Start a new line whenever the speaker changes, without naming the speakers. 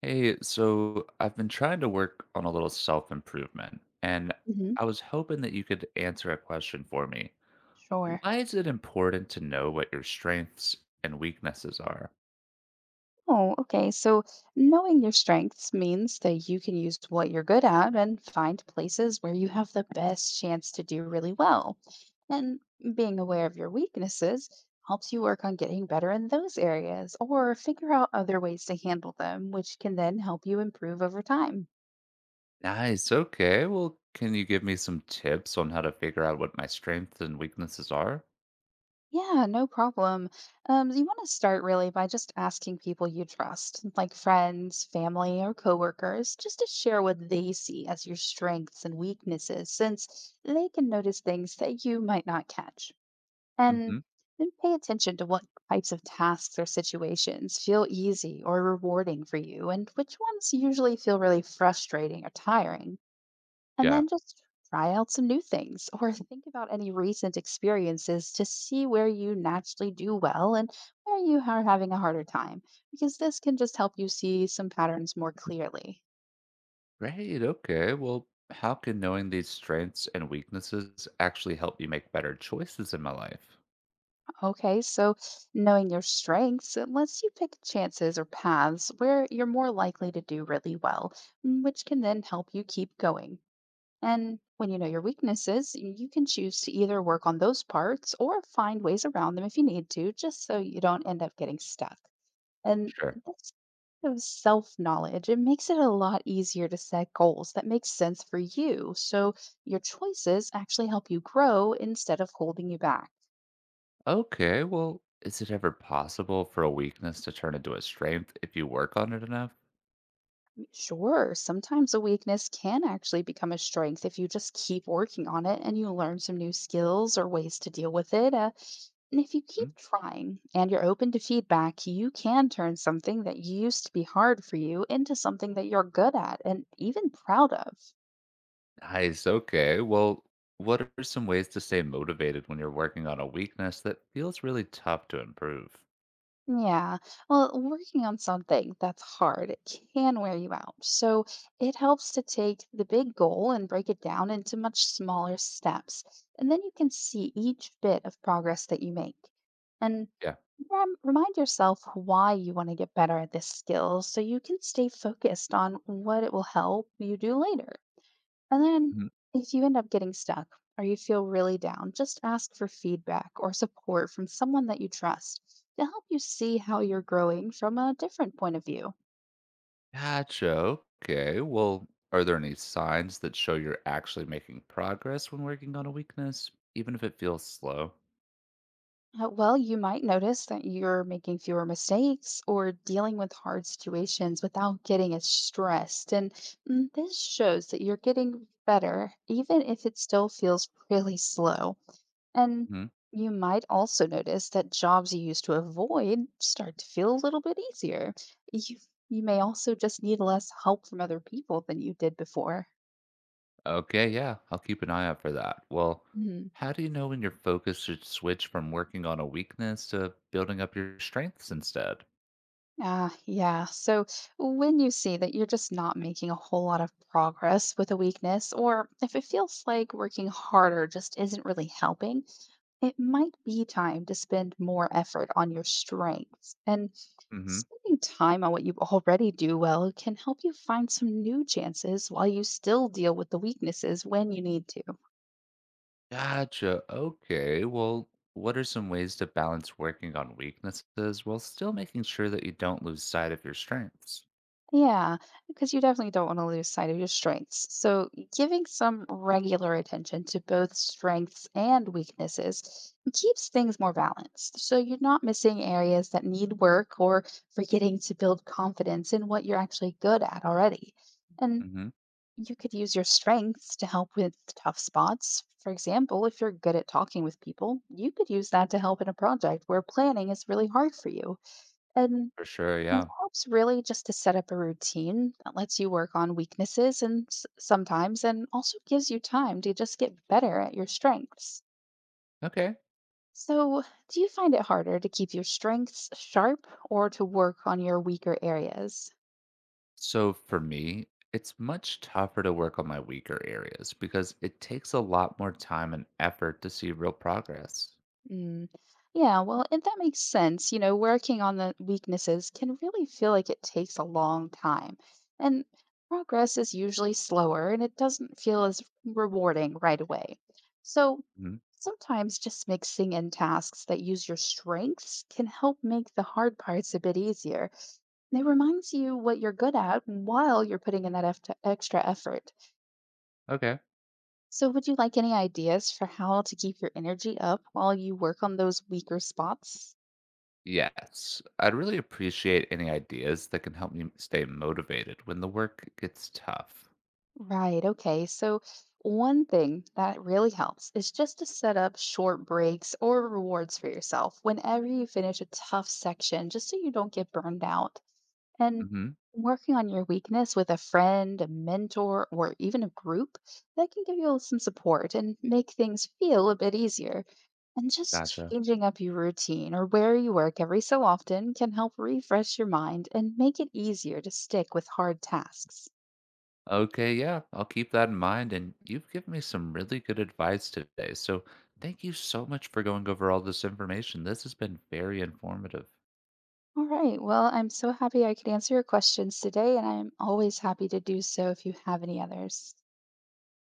Hey, so I've been trying to work on a little self-improvement, and
Hmm.
I was hoping that you could answer a question for me.
Sure.
Why is it important to know what your strengths and weaknesses are?
Oh, okay. So knowing your strengths means that you can use what you're good at and find places where you have the best chance to do really well. And being aware of your weaknesses helps you work on getting better in those areas or figure out other ways to handle them, which can then help you improve over time.
Nice. Okay. Well, can you give me some tips on how to figure out what my strengths and weaknesses are?
Yeah, no problem. You want to start really by just asking people you trust, like friends, family, or coworkers, just to share what they see as your strengths and weaknesses, since they can notice things that you might not catch. And
Mm-hmm.
then pay attention to what types of tasks or situations feel easy or rewarding for you, and which ones usually feel really frustrating or tiring. And
Yeah.
then just try out some new things or think about any recent experiences to see where you naturally do well and where you are having a harder time, because this can just help you see some patterns more clearly.
Great. Okay. Well, how can knowing these strengths and weaknesses actually help me make better choices in my life?
Okay, so knowing your strengths it lets you pick chances or paths where you're more likely to do really well, which can then help you keep going. And when you know your weaknesses, you can choose to either work on those parts or find ways around them if you need to, just so you don't end up getting stuck. And
Sure.
this kind of self-knowledge, it makes it a lot easier to set goals that make sense for you. So your choices actually help you grow instead of holding you back.
Okay, well, is it ever possible for a weakness to turn into a strength if you work on it enough?
Sure, sometimes a weakness can actually become a strength if you just keep working on it and you learn some new skills or ways to deal with it. And if you
Mm,
keep trying and you're open to feedback, you can turn something that used to be hard for you into something that you're good at and even proud of.
nice. Okay. Well, what are some ways to stay motivated when you're working on a weakness that feels really tough to improve?
Yeah. Well, working on something that's hard can wear you out. So it helps to take the big goal and break it down into much smaller steps. And then you can see each bit of progress that you make. And
Yeah.
remind yourself why you want to get better at this skill so you can stay focused on what it will help you do later. And then,
Mm,
if you end up getting stuck or you feel really down, just ask for feedback or support from someone that you trust to help you see how you're growing from a different point of view.
gotcha. Okay. Well, are there any signs that show you're actually making progress when working on a weakness, even if it feels slow?
Well, you might notice that you're making fewer mistakes or dealing with hard situations without getting as stressed. And this shows that you're getting better, even if it still feels really slow. And
Mm-hmm.
you might also notice that jobs you used to avoid start to feel a little bit easier. You, you may also just need less help from other people than you did before.
Okay, yeah, I'll keep an eye out for that. Well,
Mhm.
how do you know when your focus should switch from working on a weakness to building up your strengths instead?
Ah, yeah. So when you see that you're just not making a whole lot of progress with a weakness, or if it feels like working harder just isn't really helping, it might be time to spend more effort on your strengths. And
Hmm.
spending time on what you already do well can help you find some new chances while you still deal with the weaknesses when you need to.
Gotcha. Okay, well, what are some ways to balance working on weaknesses while still making sure that you don't lose sight of your strengths?
Yeah, because you definitely don't want to lose sight of your strengths. So, giving some regular attention to both strengths and weaknesses keeps things more balanced. So, you're not missing areas that need work or forgetting to build confidence in what you're actually good at already. And
Hmm.
you could use your strengths to help with tough spots. For example, if you're good at talking with people, you could use that to help in a project where planning is really hard for you. And
For sure,
it
yeah.
helps really just to set up a routine that lets you work on weaknesses and sometimes and also gives you time to just get better at your strengths.
Okay.
So, do you find it harder to keep your strengths sharp or to work on your weaker areas?
So for me, it's much tougher to work on my weaker areas because it takes a lot more time and effort to see real progress.
Mm. Yeah, well, and that makes sense. You know, working on the weaknesses can really feel like it takes a long time. And progress is usually slower and it doesn't feel as rewarding right away. So
Mhm.
sometimes just mixing in tasks that use your strengths can help make the hard parts a bit easier. And it reminds you what you're good at while you're putting in that extra effort.
Okay.
So, would you like any ideas for how to keep your energy up while you work on those weaker spots?
Yes, I'd really appreciate any ideas that can help me stay motivated when the work gets tough.
Right. Okay. So, one thing that really helps is just to set up short breaks or rewards for yourself whenever you finish a tough section, just so you don't get burned out. And
Hmm.
working on your weakness with a friend, a mentor, or even a group that can give you some support and make things feel a bit easier. And just
Gotcha.
changing up your routine or where you work every so often can help refresh your mind and make it easier to stick with hard tasks.
Okay, yeah, I'll keep that in mind. And you've given me some really good advice today. So thank you so much for going over all this information. This has been very informative.
All right. Well, I'm so happy I could answer your questions today, and I'm always happy to do so if you have any others.